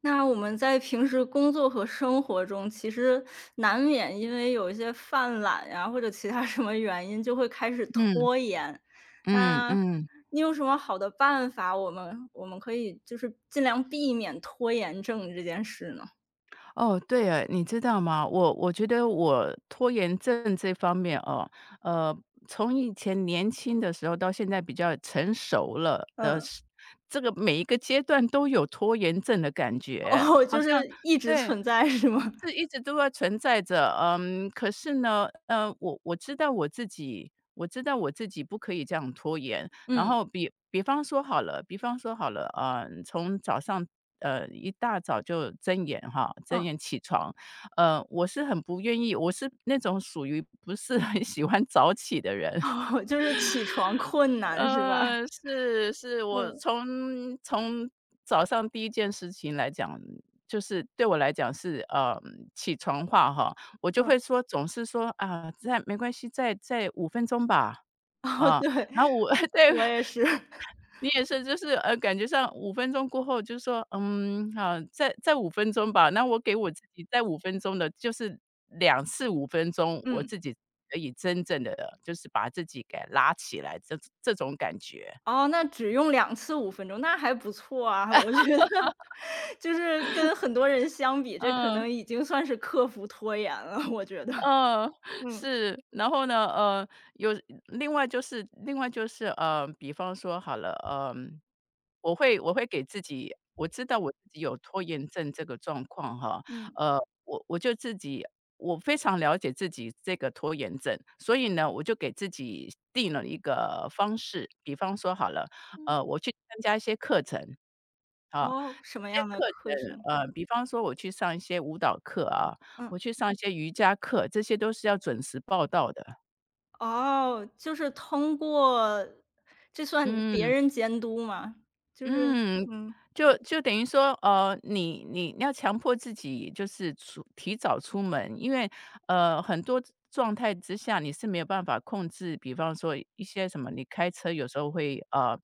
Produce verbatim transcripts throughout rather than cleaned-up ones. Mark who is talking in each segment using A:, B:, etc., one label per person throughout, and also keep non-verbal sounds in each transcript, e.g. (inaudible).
A: 那我们在平时工作和生活中，其实难免因为有一些犯懒呀，或者其他什么原因，就会开始
B: 嗯
A: 拖延。
B: 嗯
A: 那
B: 嗯，
A: 你有什么好的办法，我们我们可以就是尽量避免拖延症这件事呢？
B: 哦，对了你知道吗？我我觉得我拖延症这方面哦，呃，从以前年轻的时候到现在比较成熟了的
A: 嗯。
B: 时这个每一个阶段都有拖延症的感觉，
A: 哦，
B: 好
A: 就
B: 像
A: 是一直
B: 对，
A: 存在是吗？
B: 是一直都要存在着。嗯，可是呢，呃，我我知道我自己，我知道我自己不可以这样拖延，然
A: 嗯
B: 后比比方说好了，比方说好了，呃，从早上呃一大早就睁眼哈，睁
A: 嗯。
B: 眼起床，呃，我是很不愿意，我是那种属于不是很 (laughs) 喜欢早起的人，
A: 哦，就是起床困
B: (laughs)
A: 难是吧？
B: 呃，是是，我
A: 嗯
B: 从从早上第一件事情来讲。就是对我来讲是呃起床话哈，我就
A: 嗯。
B: 会说总是说啊，再没关系，再再五分钟吧，
A: 哦，
B: 啊，
A: 对，
B: 然后我 (laughs) 对
A: 我也是。(laughs)
B: 你也是，就是呃，感觉上五分钟过后就说：“嗯，好，再再五分钟吧。”那我给我自己再五分钟的，就是两次五分钟，我
A: 嗯。
B: 自己可以真正的，就是把自己给拉起来，这这种感觉。
A: 哦，那只用两次五分钟，那还不错啊，我觉得就是跟很多人相比，这可
B: 嗯。
A: 能已经算是克服拖延了，我觉得。
B: 嗯，
A: 嗯。
B: 是。然后呢，呃，有另外就是另外就是，呃，比方说好了，嗯，我会我会给自己我知道我自己有拖延症这个状况哈，
A: 嗯。
B: 呃，我我就自己我非常了解自己这个拖延症，所以呢，我就给自己定了一个方式。比方说好了，
A: 嗯。
B: 呃，我去参加一些课程，啊，
A: 哦，什么
B: 这些
A: 样的
B: 课
A: 课
B: 程，
A: 程？
B: 呃，比方说我去上一些舞蹈课啊，我
A: 嗯。
B: 去上一些瑜伽课，这些都是要准时报到的。
A: 哦，就是通过这算别
B: 嗯。
A: 人监督吗？就是
B: 嗯，
A: 嗯，
B: 就就等于说，呃，你你要强迫自己就是出提早出门，因为呃很多状态之下你是没有办法控制，比方说一些什么，你开车有时候会呃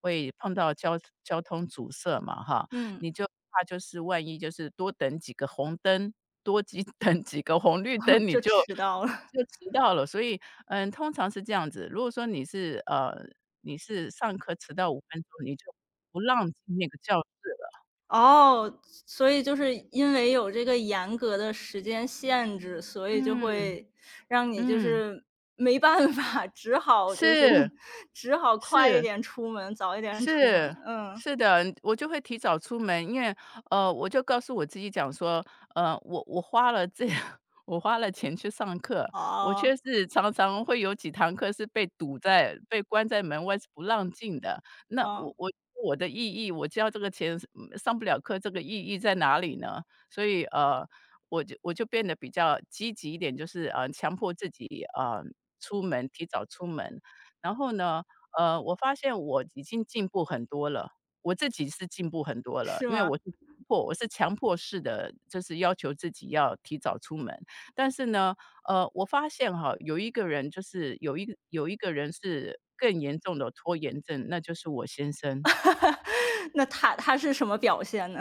B: 会碰到交交通阻塞嘛，哈，
A: 嗯，
B: 你就怕就是万一就是多等几个红灯，多几 (laughs) 等几个红绿灯，
A: (laughs)
B: 你
A: 就
B: 就
A: 迟到了。
B: 就迟到了。所以，嗯，通常是这样子。如果说你是呃你是上课迟到五分钟，你就不让进那个教室了。
A: 哦，所以就是因为有这个严格的时间限制，所以就
B: 嗯，
A: 会让你就
B: 嗯，
A: 是没办法，(laughs) 只好就是
B: 是，
A: (laughs) 只好快一
B: 是。
A: 点出门，早一点出门。
B: 是，
A: 嗯。
B: 是的，我就会提早出门，因为，呃，我就告诉我自己讲说，呃，我我花了这 (laughs) 我花了钱去上课，我
A: 哦。
B: 却是常常会有几堂课是被堵在被关在门外是不让进的。那我
A: 哦，
B: 我我的意义，我交这个钱是嗯上不了课，这个意义在哪里呢？所以，呃，我就我就变得比较积极一点，就是，呃，强迫自己，呃，出门提早出门。然后呢呃，我发现我已经进步很多了，我自己是进步很多了，
A: 是
B: 因为
A: 吗？
B: 我是强迫我是强迫式的，就是要求自己要提早出门。但是呢，呃，我发现哈，有一个人就是有一个有一个人是更严重的拖延症，那就是我先生。
A: (laughs) 那他他是什么表现呢？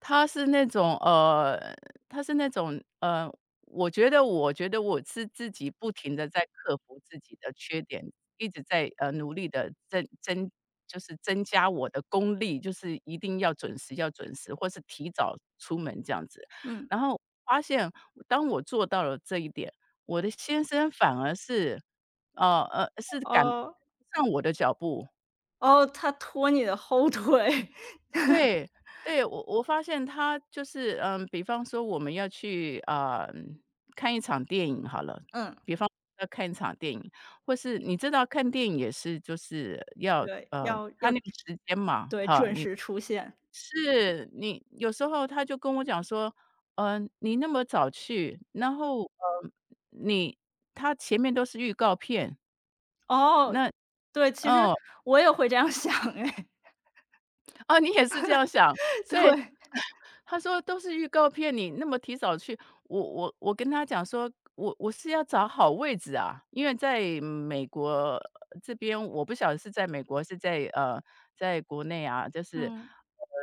B: 他是那种呃，他是那种呃，我觉得我觉得我是自己不停的在克服自己的缺点，一直在，呃，努力的增增就是增加我的功力，就是一定要准时要准时，或是提早出门这样子。
A: 嗯。
B: 然后发现当我做到了这一点，我的先生反而是，呃呃，是赶不
A: 哦。
B: 上我的脚步。
A: 哦，他拖你的后腿。(laughs)
B: 对，对，我我发现他就是，嗯，比方说我们要去，啊看一场电影好了，
A: 嗯，
B: 比方要看一场电影，或是你知道看电影也是就是要，
A: 对，
B: 呃，
A: 要
B: 他
A: 要
B: 那个时间嘛，
A: 对，
B: 哈，
A: 准
B: 你
A: 时出现。
B: 是你有时候他就跟我讲说，嗯，你那么早去，然后，呃，你他前面都是预告片，
A: 哦，
B: 那
A: 对，其实
B: 哦，
A: 我也会这样想哎，
B: 哦，你也是这样想，
A: (laughs)
B: 所以
A: 对。
B: 他说：“都是预告片，你那么提早去。”我我我跟他讲说：“我我是要找好位置啊，因为在美国这边，我不晓得是在美国，是在呃，在国内啊，就是
A: 嗯。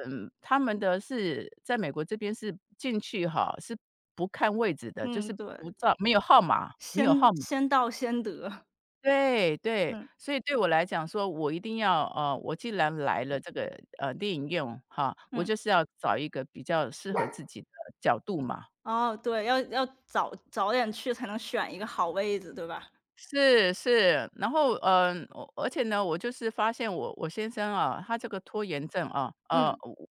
B: 嗯，他们的是在美国这边是进去哈，是不看位置的，就
A: 嗯，
B: 是
A: 对，
B: 不照没有号码，没有号
A: 先
B: 码。”
A: 先到先得。
B: 对对，
A: 嗯。
B: 所以对我来讲说，我一定要呃，我既然来了这个呃电影院哈，我
A: 嗯。
B: 就是要找一个比较适合自己的角度嘛。
A: 哦，对，要要早早点去才能选一个好位子，对吧？
B: 是是，然后嗯、呃，我而且呢，我就是发现我我先生啊，他这个拖延症啊，呃，
A: 嗯。
B: 我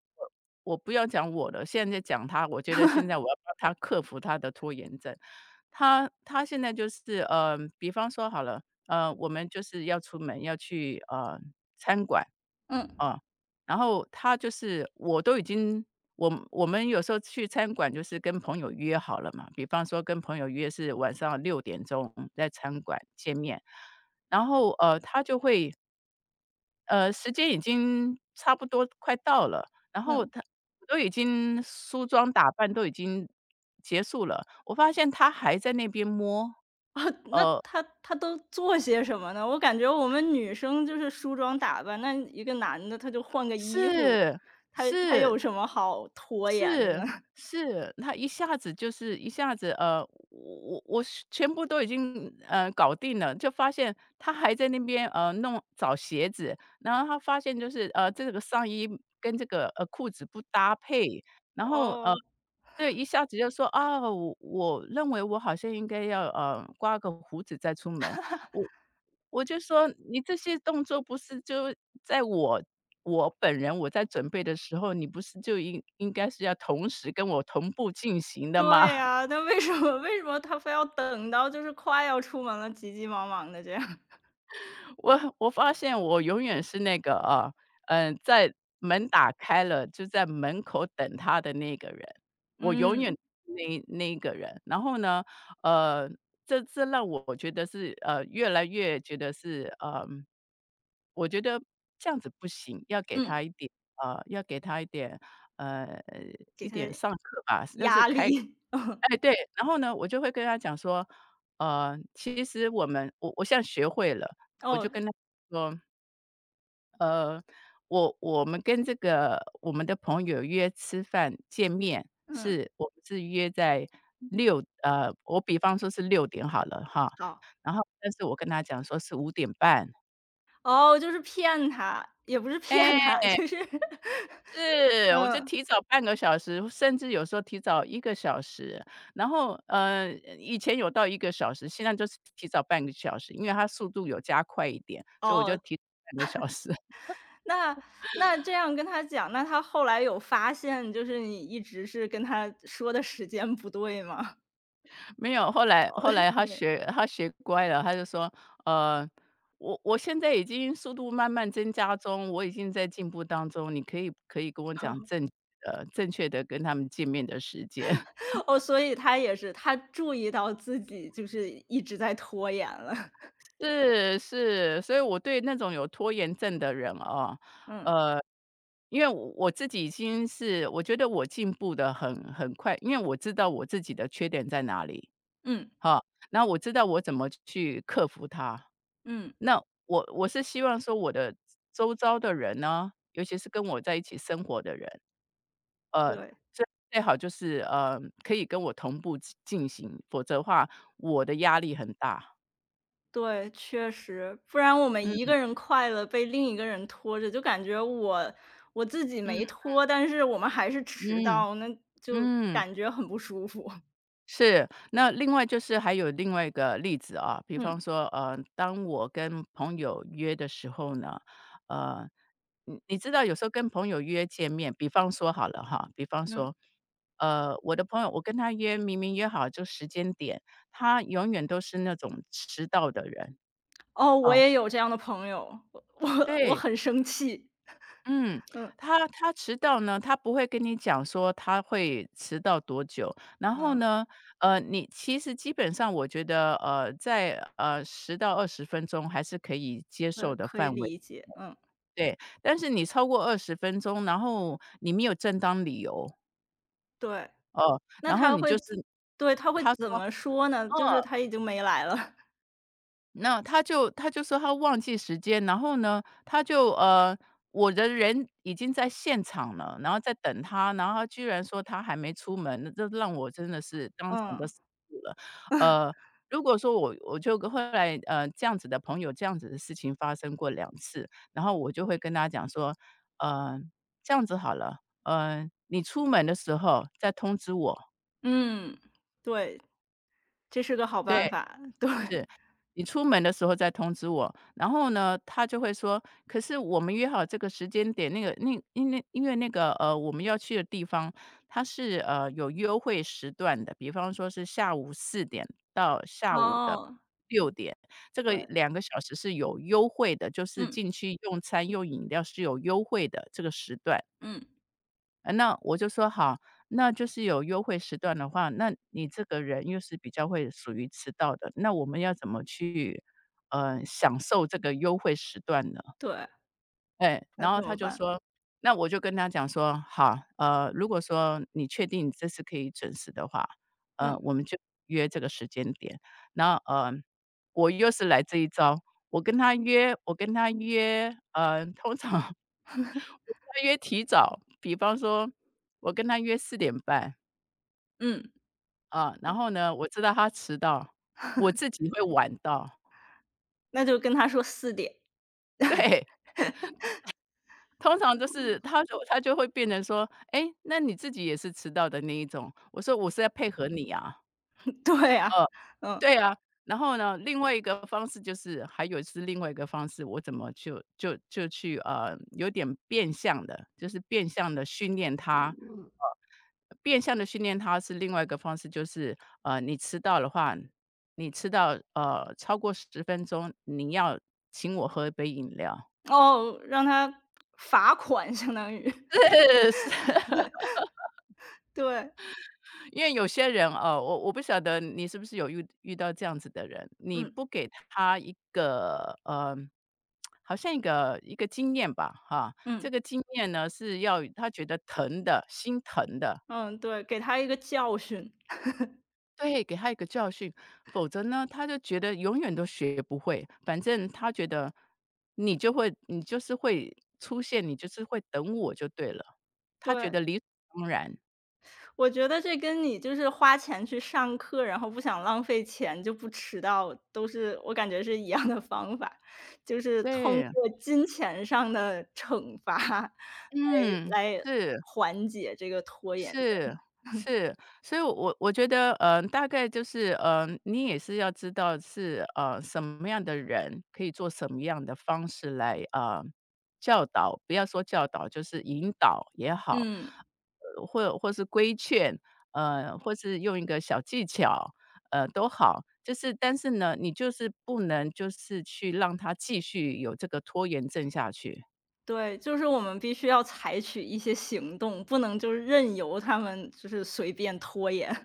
B: 我不要讲我了，现在讲他，我觉得现在我要帮他克服他的拖延症。他他现在就是呃，比方说好了，呃，我们就是要出门要去呃餐馆。
A: 嗯。
B: 啊，然后他就是我都已经我我们有时候去餐馆就是跟朋友约好了嘛，比方说跟朋友约是晚上六点钟在餐馆见面，然后，呃，他就会呃，时间已经差不多快到了，然后
A: 嗯。
B: 他都已经梳妆打扮都已经结束了，我发现他还在那边摸，
A: 哦，那
B: 呃
A: 他他都做些什么呢？我感觉我们女生就是梳妆打扮，那一个男的他就换个衣服，
B: 是，
A: 他他
B: 是。
A: 有什么好拖延的呢？
B: 是，
A: (laughs)
B: 是，他一下子就是一下子，呃，我我我是全部都已经，呃，搞定了，就发现他还在那边，呃，弄找鞋子，然后他发现就是，呃，这个上衣跟这个，呃，裤子不搭配，然后，呃，
A: 哦，
B: 对，一下子就说：“啊，我我认为我好像应该要，呃，刮个胡子再出门。”我我就说你这些动作不是就在我我本人我在准备的时候，你不是就应应该是要同时跟我同步进行的吗？
A: 对
B: (laughs)
A: 呀，那为什么为什么他非要等到就是快要出门了，急急忙忙的这样？(laughs)
B: 我我发现我永远是那个啊，嗯，在门打开了就在门口等他的那个人，我永远
A: 嗯。
B: 那那一个人。然后呢，呃，这这让我觉得是呃越来越觉得是嗯。呃我觉得这样子不行，要给
A: 嗯，
B: 他一点呃，要给他一点呃，
A: 给
B: 一
A: 他
B: 点上课吧，就是
A: 压
B: 开
A: 力。(laughs)
B: 哎，对，然后呢，我就会跟他讲说，呃，其实我们我我现在学会了，我就
A: 哦。
B: 跟他说，呃，我我们跟这个我们的朋友约吃饭见面，
A: 嗯，
B: 是我们是约在六，呃，我比方说是六点好了哈，
A: 好。
B: 然后但是我跟他讲说是五点半，
A: 哦，就是骗他，也不是骗
B: 哎
A: 他，就是 (laughs)
B: 是，我就
A: 嗯。
B: 提早半个小时，甚至有时候提早一个小时。然后，呃，以前有到一个小时，现在就是提早半个小时，因为他速度有加快一点，所以我就
A: 哦，
B: 提早半个小时。
A: 那那这样跟他讲，那他后来有发现，就是你一直是跟他说的时间不对吗？
B: (laughs) 没有，后来后
A: (laughs)
B: 来他
A: 对。
B: 学他学乖了，他就说：“呃，我我现在已经速度慢慢增加中，我已经在进步当中，你可以可以跟我讲
A: 哦。
B: 正呃，正确的跟他们见面的时间。”
A: 哦，所以他也是，他注意到自己就是一直在拖延了。(laughs)
B: 是是，所以我对那种有拖延症的人啊，
A: 嗯。
B: 呃，因为我我自己已经是我觉得我进步的很很快，因为我知道我自己的缺点在哪里，
A: 嗯。
B: 哈，然后我知道我怎么去克服它。
A: 嗯。
B: 那我我是希望说我的周遭的人呢，尤其是跟我在一起生活的人，呃，
A: 对。
B: 最最好就是呃可以跟我同步进进行，否则的话我的压力很大。
A: 对，确实，不然我们一
B: 嗯
A: 个人快乐被另一个人拖着，就感觉我我自己
B: 嗯
A: 没拖，但是我们还是迟
B: 嗯
A: 到，那就
B: 嗯。
A: 感觉很不舒服。(laughs)
B: 是，那另外就是还有另外一个例子啊，比
A: 嗯
B: 方说，呃，当我跟朋友约的时候呢，呃，你你知道有时候跟朋友约见面，比方说好了哈，比方
A: 嗯。
B: 说，呃，我的朋友，我跟他约，明明约好就时间点，他永远都是那种迟到的人
A: 哦，
B: 啊，
A: 我也有这样的朋友，我我我
B: 对，
A: 很生气。
B: 嗯，
A: 嗯
B: 他他迟到呢，他不会跟你讲说他会迟到多久。然后
A: 嗯，
B: 呢，呃，你其实基本上我觉得，呃，在呃十到二十分钟还是可以接受
A: 对，
B: 的
A: 可以
B: 范围，
A: 理解。嗯，
B: 对。但是你超过二十分钟，然后你没有正当理由，
A: 对，
B: 哦，
A: 那
B: 然后
A: 他
B: 你
A: 会
B: 就是
A: 怎对，他会
B: 他说，
A: 怎么说呢？就是
B: 嗯
A: 他已经没来了。(laughs)
B: 那他就他就说他忘记时间，然后呢，他就呃，我的人已经在现场了，然后在等他，然后他居然说他还没出门，那这让我真的是当场就
A: 嗯
B: 死住了。呃，如果说我我就后来呃这样子的朋友，这样子的事情发生过两次，然后我就会跟他讲说，呃，这样子好了，呃，你出门的时候再通知我，
A: 嗯，对，这是个好
B: 对，
A: 办法。(laughs) 对。
B: 是，你出门的时候再通知我。然后呢，他就会说：“可是我们约好这个时间点，那个那因为因为那个，呃，我们要去的地方，它是，呃，有优惠时段的，比方说是下午四点到下午的
A: 哦，
B: 六点，这个
A: 对。
B: 两个小时是有优惠的，就是
A: 嗯
B: 进去用餐、用饮料是有优惠的这个时段。”
A: 嗯。
B: 呃，那我就说好，那就是有优惠时段的话，那你这个人又是比较会属于迟到的，那我们要怎么去，呃，享受这个优惠时段呢？
A: 对，
B: 哎，
A: 那
B: 然后
A: 怎
B: 他
A: 么
B: 就
A: 办？
B: 说那我就跟他讲说：“好，呃，如果说你确定你这次可以准时的话，呃，
A: 嗯。
B: 我们就约这个时间点。”然后，呃，我又是来这一招，我跟他约我跟他约，呃，通常 (laughs) 我跟他约提早，比方说我跟他约四点半
A: 嗯，
B: 啊，然后呢，我知道他迟到，我自己会晚到，
A: 那就跟他说四点。
B: 对。通常就是他就他就会变成说：“哎，那你自己也是迟到的那一种。”我说：“我是在配合你啊。”
A: (laughs) 对呀。
B: 呃，
A: 嗯。
B: 对啊。然后呢，另外一个方式就是还有是另外一个方式，我怎么就就就去，呃，有点变相的，就是变相的训练他。呃，变相的训练他是另外一个方式，就是，呃，你迟到的话，你迟到，呃，超过十分钟，你要请我喝一杯饮料。
A: 哦，让他罚款相当于。
B: (laughs) 是，是。
A: (laughs) 对。
B: 因为有些人哦，我我不晓得你是不是有遇遇到这样子的人，你
A: 嗯。
B: 不给他一个呃，好像一个一个经验吧，哈，这
A: 嗯。
B: 个经验呢是要他觉得疼的，心疼的，
A: 嗯，对，给他一个教训。
B: 对，给他一个教训，否则呢，他就觉得永远都学不会，反正他觉得你就会，你就是会出现，你就是会等我就对了，他觉
A: 对，
B: 得理所当然，
A: 我觉得这跟你就是花钱去上课，然后不想浪费钱就不迟到，都是我感觉是一样的方法，就是通
B: 对，
A: 过金钱上的惩罚 (laughs)
B: 嗯，
A: 来来
B: 是。
A: 缓解这个拖延症。
B: 是，是，所以我我觉得，嗯呃，大概就是，嗯呃，你也是要知道是，呃，什么样的人可以做什么样的方式来，呃，教导，不要说教导，就是引导也好，
A: 嗯。
B: 呃，或或是规劝，呃，或是用一个小技巧，呃，都好。就是但是呢，你就是不能就是去让他继续有这个拖延症下去。
A: 对，就是我们必须要采取一些行动，不能就是任由他们就是随便拖延。(laughs)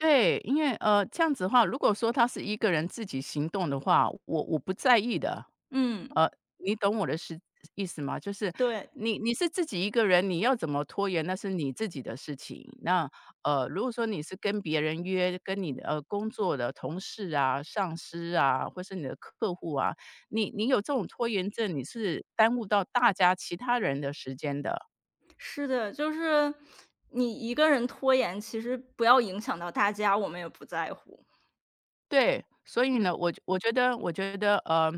B: 对，因为，呃，这样子的话，如果说他是一个人自己行动的话，我我不在意的。
A: 嗯，
B: 呃，你懂我的是意思吗？就是
A: 对，
B: 你你是自己一个人，你要怎么拖延，那是你自己的事情。那，呃，如果说你是跟别人约，跟你的，呃，工作的同事啊、上司啊，或是你的客户啊，你你有这种拖延症，你是耽误到大家其他人的时间的。
A: 是的，就是你一个人拖延，其实不要影响到大家，我们也不在乎。
B: 对，所以呢，
A: 嗯
B: 我我觉得我觉得，呃，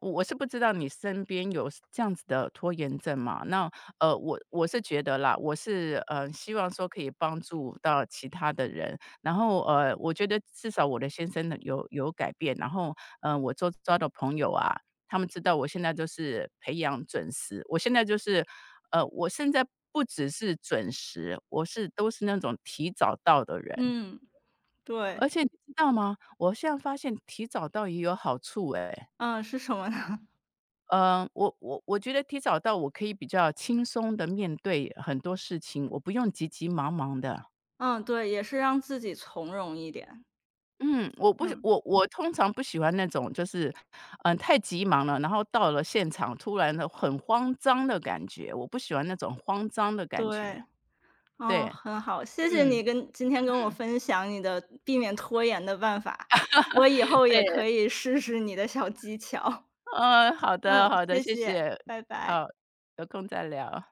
B: 我我是不知道你身边有这样子的拖延症嘛，那，呃，我我是觉得啦，我是，呃，希望说可以帮助到其他的人，然后，呃，我觉得至少我的先生呢有有改变，然后，呃，我周遭的朋友啊，他们知道我现在就是培养准时，我现在就是，呃，我现在不只是准时，我是都是那种提早到的人。
A: 嗯。对。
B: 而且你知道吗？我现在发现提早到也有好处诶。
A: 嗯，是什么呢？(laughs)
B: 嗯，我我我觉得提早到我可以比较轻松的面对很多事情，我不用急急忙忙的。
A: 嗯，对，也是让自己从容一点。
B: 嗯，我不
A: 嗯，
B: 我我通常不喜欢那种就是，嗯，太急忙了，然后到了现场突然的很慌张的感觉，我不喜欢那种慌张的感觉。
A: 对。
B: 对，
A: 哦，很好，谢谢
B: 嗯
A: 你跟今天跟我
B: 嗯，
A: 分享你的避免拖延的办法，我以后也
B: 对，
A: 可以试试你的小技巧。
B: 嗯，好的
A: 嗯，
B: 好的，
A: 谢
B: 谢
A: 谢，
B: 谢，
A: 拜拜。
B: 好，有空再聊。